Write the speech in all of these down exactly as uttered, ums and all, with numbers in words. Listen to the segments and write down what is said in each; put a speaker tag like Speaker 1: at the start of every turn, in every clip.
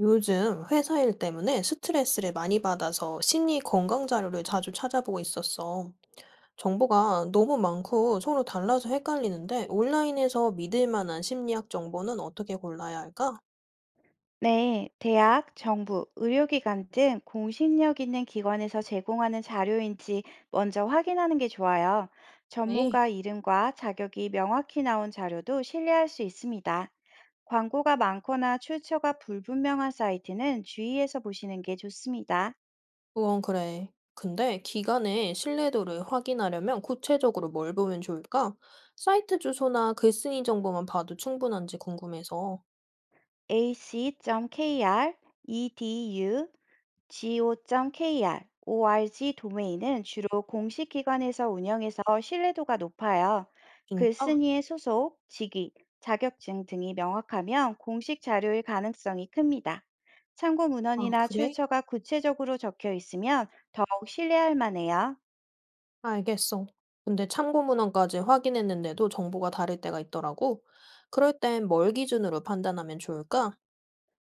Speaker 1: 요즘 회사 일 때문에 스트레스를 많이 받아서 심리 건강 자료를 자주 찾아보고 있었어. 정보가 너무 많고 서로 달라서 헷갈리는데 온라인에서 믿을 만한 심리학 정보는 어떻게 골라야 할까?
Speaker 2: 네, 대학, 정부, 의료기관 등 공신력 있는 기관에서 제공하는 자료인지 먼저 확인하는 게 좋아요.
Speaker 1: 에이,
Speaker 2: 전문가 이름과 자격이 명확히 나온 자료도 신뢰할 수 있습니다. 광고가 많거나 출처가 불분명한 사이트는 주의해서 보시는 게 좋습니다.
Speaker 1: 그건 그래. 근데 기관의 신뢰도를 확인하려면 구체적으로 뭘 보면 좋을까? 사이트 주소나 글쓴이 정보만 봐도 충분한지 궁금해서.
Speaker 2: 에이씨 점 케이알, 이디유, 지오 점 케이알, 오알지 도메인은 주로 공식 기관에서 운영해서 신뢰도가 높아요.
Speaker 1: 진짜?
Speaker 2: 글쓴이의 소속, 직위, 자격증 등이 명확하면 공식 자료일 가능성이 큽니다. 참고
Speaker 1: 아,
Speaker 2: 문헌이나
Speaker 1: 그래?
Speaker 2: 출처가 구체적으로 적혀 있으면 더욱 신뢰할 만해요.
Speaker 1: 알겠어. 근데 참고 문헌까지 확인했는데도 정보가 다를 때가 있더라고. 그럴 땐 뭘 기준으로 판단하면 좋을까?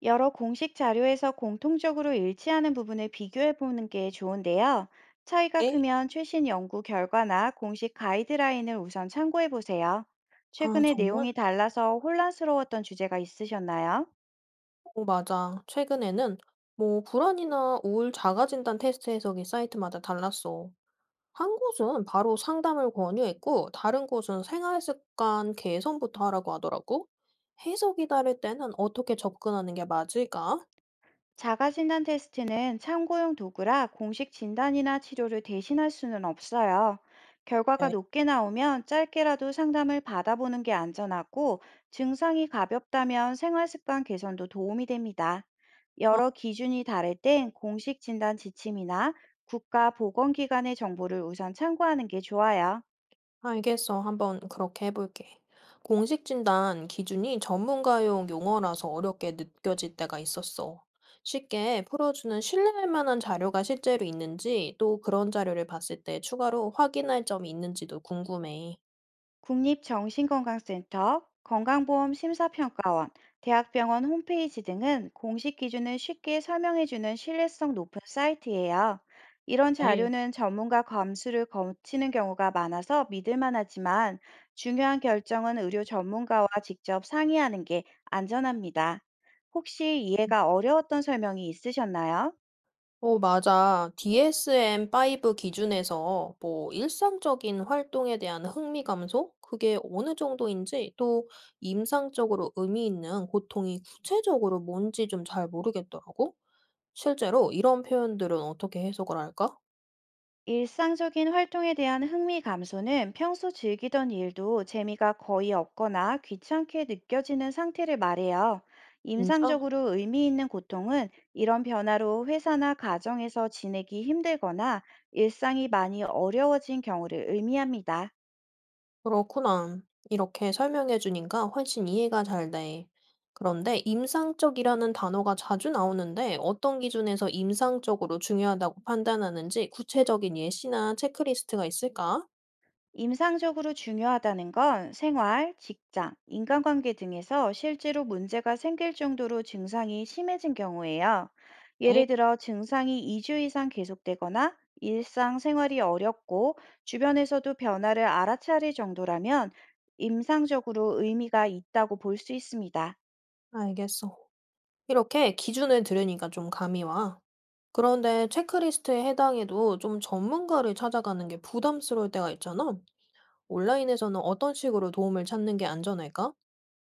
Speaker 2: 여러 공식 자료에서 공통적으로 일치하는 부분을 비교해 보는 게 좋은데요. 차이가
Speaker 1: 에?
Speaker 2: 크면 최신 연구 결과나 공식 가이드라인을 우선 참고해 보세요.
Speaker 1: 아,
Speaker 2: 최근에
Speaker 1: 정말?
Speaker 2: 내용이 달라서 혼란스러웠던 주제가 있으셨나요?
Speaker 1: 어, 맞아. 최근에는 뭐 불안이나 우울 자가진단 테스트 해석이 사이트마다 달랐어. 한 곳은 바로 상담을 권유했고, 다른 곳은 생활 습관 개선부터 하라고 하더라고. 해석이 다를 때는 어떻게 접근하는 게 맞을까?
Speaker 2: 자가 진단 테스트는 참고용 도구라 공식 진단이나 치료를 대신할 수는 없어요. 결과가
Speaker 1: 네.
Speaker 2: 높게 나오면 짧게라도 상담을 받아보는 게 안전하고 증상이 가볍다면 생활습관 개선도 도움이 됩니다. 여러 기준이 다를 땐 공식 진단 지침이나 국가보건기관의 정보를 우선 참고하는 게 좋아요.
Speaker 1: 아, 알겠어. 한번 그렇게 해볼게. 공식 진단 기준이 전문가용 용어라서 어렵게 느껴질 때가 있었어. 쉽게 풀어주는 신뢰할 만한 자료가 실제로 있는지, 또 그런 자료를 봤을 때 추가로 확인할 점이 있는지도 궁금해.
Speaker 2: 국립정신건강센터, 건강보험심사평가원, 대학병원 홈페이지 등은 공식 기준을 쉽게 설명해주는 신뢰성 높은 사이트예요. 이런
Speaker 1: 네.
Speaker 2: 자료는 전문가 검수를 거치는 경우가 많아서 믿을 만하지만 중요한 결정은 의료 전문가와 직접 상의하는 게 안전합니다. 혹시 이해가 어려웠던 설명이 있으셨나요?
Speaker 1: 어, 맞아. 디에스엠 오 기준에서 뭐 일상적인 활동에 대한 흥미 감소? 그게 어느 정도인지, 또 임상적으로 의미 있는 고통이 구체적으로 뭔지 좀 잘 모르겠더라고. 실제로 "이런 표현들은 어떻게 해석을 할까?"
Speaker 2: 일상적인 활동에 대한 흥미 감소는 평소 즐기던 일도 재미가 거의 없거나 귀찮게 느껴지는 상태를 말해요.
Speaker 1: "진짜?
Speaker 2: 임상적으로 의미 있는 고통은 이런 변화로 회사나 가정에서 지내기 힘들거나 일상이 많이 어려워진 경우를 의미합니다.
Speaker 1: 그렇구나." 이렇게 설명해 주니까 훨씬 이해가 잘 돼. 그런데 "임상적이라는 단어가 자주 나오는데 어떤 기준에서 임상적으로 중요하다고 판단하는지 구체적인 예시나 체크리스트가 있을까?"
Speaker 2: 임상적으로 중요하다는 건 생활, 직장, 인간관계 등에서 실제로 문제가 생길 정도로 증상이 심해진 경우예요. 예를
Speaker 1: 에
Speaker 2: 들어 증상이 이 주 이상 계속되거나 일상생활이 어렵고 주변에서도 변화를 알아차릴 정도라면 임상적으로 의미가 있다고 볼 수 있습니다.
Speaker 1: 알겠어." 이렇게 기준을 들으니까 좀 감이 와. 그런데 체크리스트에 해당해도 좀 전문가를 찾아가는 게 부담스러울 때가 있잖아. 온라인에서는 어떤 식으로 도움을 찾는 게 안전할까?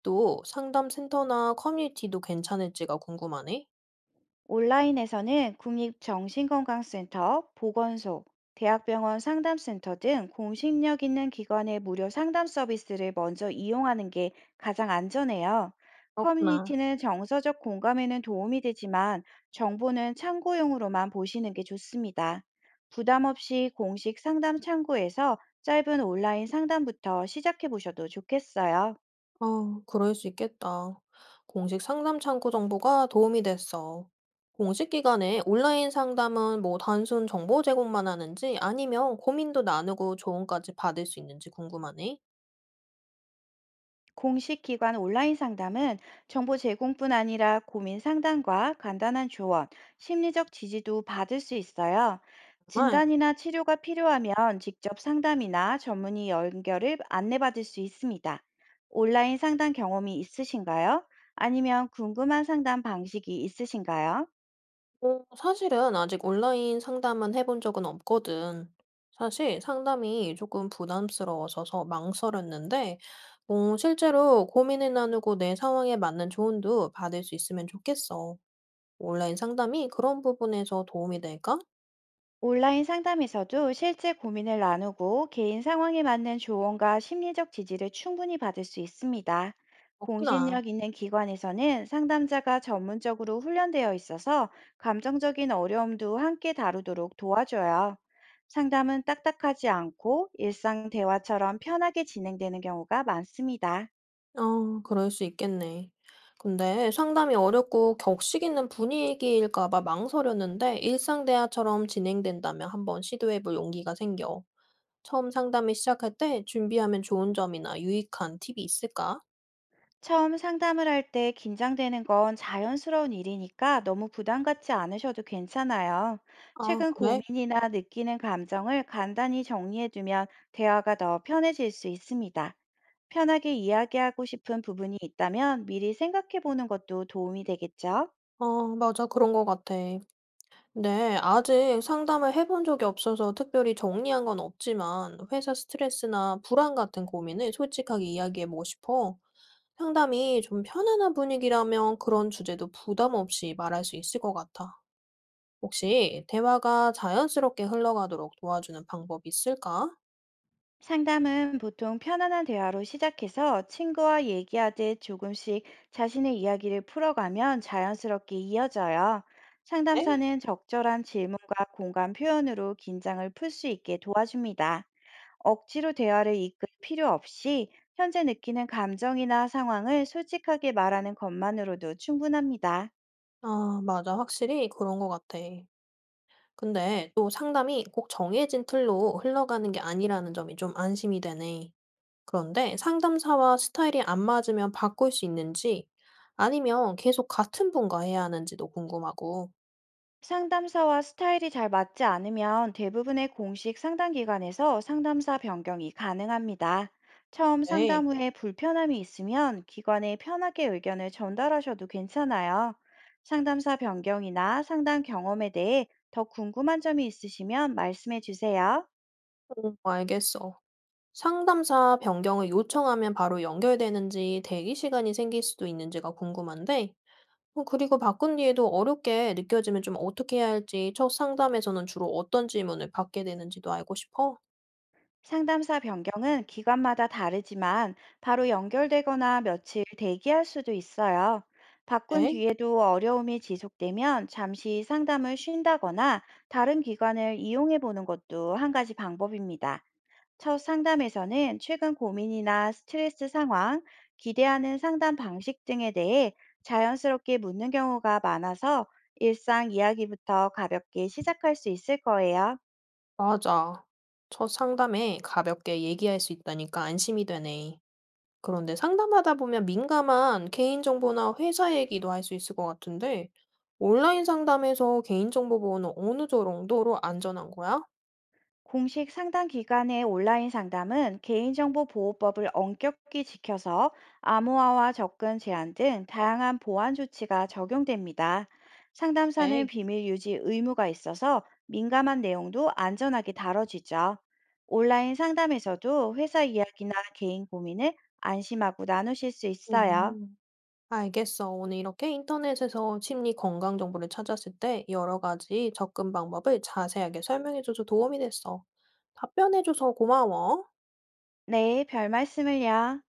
Speaker 1: 또 상담센터나 커뮤니티도 괜찮을지가 궁금하네.
Speaker 2: 온라인에서는 국립정신건강센터, 보건소, 대학병원 상담센터 등 공신력 있는 기관의 무료 상담 서비스를 먼저 이용하는 게 가장 안전해요.
Speaker 1: 그렇구나.
Speaker 2: 커뮤니티는 정서적 공감에는 도움이 되지만 정보는 참고용으로만 보시는 게 좋습니다. 부담 없이 공식 상담 창구에서 짧은 온라인 상담부터 시작해 보셔도 좋겠어요.
Speaker 1: 어, 그럴 수 있겠다. 공식 상담 창구 정보가 도움이 됐어. 공식 기관에 온라인 상담은 뭐 단순 정보 제공만 하는지 아니면 고민도 나누고 조언까지 받을 수 있는지 궁금하네.
Speaker 2: 공식 기관 온라인 상담은 정보 제공뿐 아니라 고민 상담과 간단한 조언, 심리적 지지도 받을 수 있어요.
Speaker 1: 정말.
Speaker 2: 진단이나 치료가 필요하면 직접 상담이나 전문의 연결을 안내받을 수 있습니다. 온라인 상담 경험이 있으신가요? 아니면 궁금한 상담 방식이 있으신가요?
Speaker 1: 어 사실은 아직 온라인 상담은 해본 적은 없거든. 사실 상담이 조금 부담스러워서서 망설였는데 어 실제로 고민을 나누고 내 상황에 맞는 조언도 받을 수 있으면 좋겠어. 온라인 상담이 그런 부분에서 도움이 될까?
Speaker 2: 온라인 상담에서도 실제 고민을 나누고 개인 상황에 맞는 조언과 심리적 지지를 충분히 받을 수 있습니다.
Speaker 1: 그렇구나.
Speaker 2: 공신력 있는 기관에서는 상담자가 전문적으로 훈련되어 있어서 감정적인 어려움도 함께 다루도록 도와줘요. 상담은 딱딱하지 않고 일상 대화처럼 편하게 진행되는 경우가 많습니다.
Speaker 1: 어 그럴 수 있겠네. 근데 상담이 어렵고 격식 있는 분위기일까 봐 망설였는데 일상 대화처럼 진행된다면 한번 시도해 볼 용기가 생겨. 처음 상담을 시작할 때 준비하면 좋은 점이나 유익한 팁이 있을까?
Speaker 2: 처음 상담을 할 때 긴장되는 건 자연스러운 일이니까 너무 부담 갖지 않으셔도 괜찮아요.
Speaker 1: 아,
Speaker 2: 최근
Speaker 1: 그래?
Speaker 2: 고민이나 느끼는 감정을 간단히 정리해두면 대화가 더 편해질 수 있습니다. 편하게 이야기하고 싶은 부분이 있다면 미리 생각해보는 것도 도움이 되겠죠?
Speaker 1: 어, 맞아. 그런 것 같아. 근데 아직 상담을 해본 적이 없어서 특별히 정리한 건 없지만 회사 스트레스나 불안 같은 고민을 솔직하게 이야기해보고 싶어. 상담이 좀 편안한 분위기라면 그런 주제도 부담 없이 말할 수 있을 것 같아. 혹시 대화가 자연스럽게 흘러가도록 도와주는 방법이 있을까?
Speaker 2: 상담은 보통 편안한 대화로 시작해서 친구와 얘기하듯 조금씩 자신의 이야기를 풀어가면 자연스럽게 이어져요.
Speaker 1: 네?
Speaker 2: 상담사는 적절한 질문과 공감 표현으로 긴장을 풀 수 있게 도와줍니다. 억지로 대화를 이끌 필요 없이 현재 느끼는 감정이나 상황을 솔직하게 말하는 것만으로도 충분합니다.
Speaker 1: 아, 맞아. 확실히 그런 것 같아. 근데 또 상담이 꼭 정해진 틀로 흘러가는 게 아니라는 점이 좀 안심이 되네. 그런데 상담사와 스타일이 안 맞으면 바꿀 수 있는지 아니면 계속 같은 분과 해야 하는지도 궁금하고.
Speaker 2: 상담사와 스타일이 잘 맞지 않으면 대부분의 공식 상담 기관에서 상담사 변경이 가능합니다. 처음
Speaker 1: 네,
Speaker 2: 상담 후에 불편함이 있으면 기관에 편하게 의견을 전달하셔도 괜찮아요. 상담사 변경이나 상담 경험에 대해 더 궁금한 점이 있으시면 말씀해 주세요.
Speaker 1: 음, 알겠어. 상담사 변경을 요청하면 바로 연결되는지 대기 시간이 생길 수도 있는지가 궁금한데, 어, 그리고 바꾼 뒤에도 어렵게 느껴지면 좀 어떻게 해야 할지 첫 상담에서는 주로 어떤 질문을 받게 되는지도 알고 싶어.
Speaker 2: 상담사 변경은 기관마다 다르지만 바로 연결되거나 며칠 대기할 수도 있어요. 바꾼
Speaker 1: 네.
Speaker 2: 뒤에도 어려움이 지속되면 잠시 상담을 쉰다거나 다른 기관을 이용해 보는 것도 한 가지 방법입니다. 첫 상담에서는 최근 고민이나 스트레스 상황, 기대하는 상담 방식 등에 대해 자연스럽게 묻는 경우가 많아서 일상 이야기부터 가볍게 시작할 수 있을 거예요.
Speaker 1: 맞아. 첫 상담에 가볍게 얘기할 수 있다니까 안심이 되네. 그런데 상담하다 보면 민감한 개인정보나 회사 얘기도 할 수 있을 것 같은데, 온라인 상담에서 개인정보 보호는 어느 정도로 안전한 거야?
Speaker 2: 공식 상담 기관의 온라인 상담은 개인정보 보호법을 엄격히 지켜서 암호화와 접근 제한 등 다양한 보안 조치가 적용됩니다. 상담사는
Speaker 1: 네.
Speaker 2: 비밀 유지 의무가 있어서 민감한 내용도 안전하게 다뤄지죠. 온라인 상담에서도 회사 이야기나 개인 고민을 안심하고 나누실 수 있어요.
Speaker 1: 음, 알겠어. 오늘 이렇게 인터넷에서 심리 건강 정보를 찾았을 때 여러 가지 접근 방법을 자세하게 설명해줘서 도움이 됐어. 답변해줘서 고마워.
Speaker 2: 네, 별 말씀을요.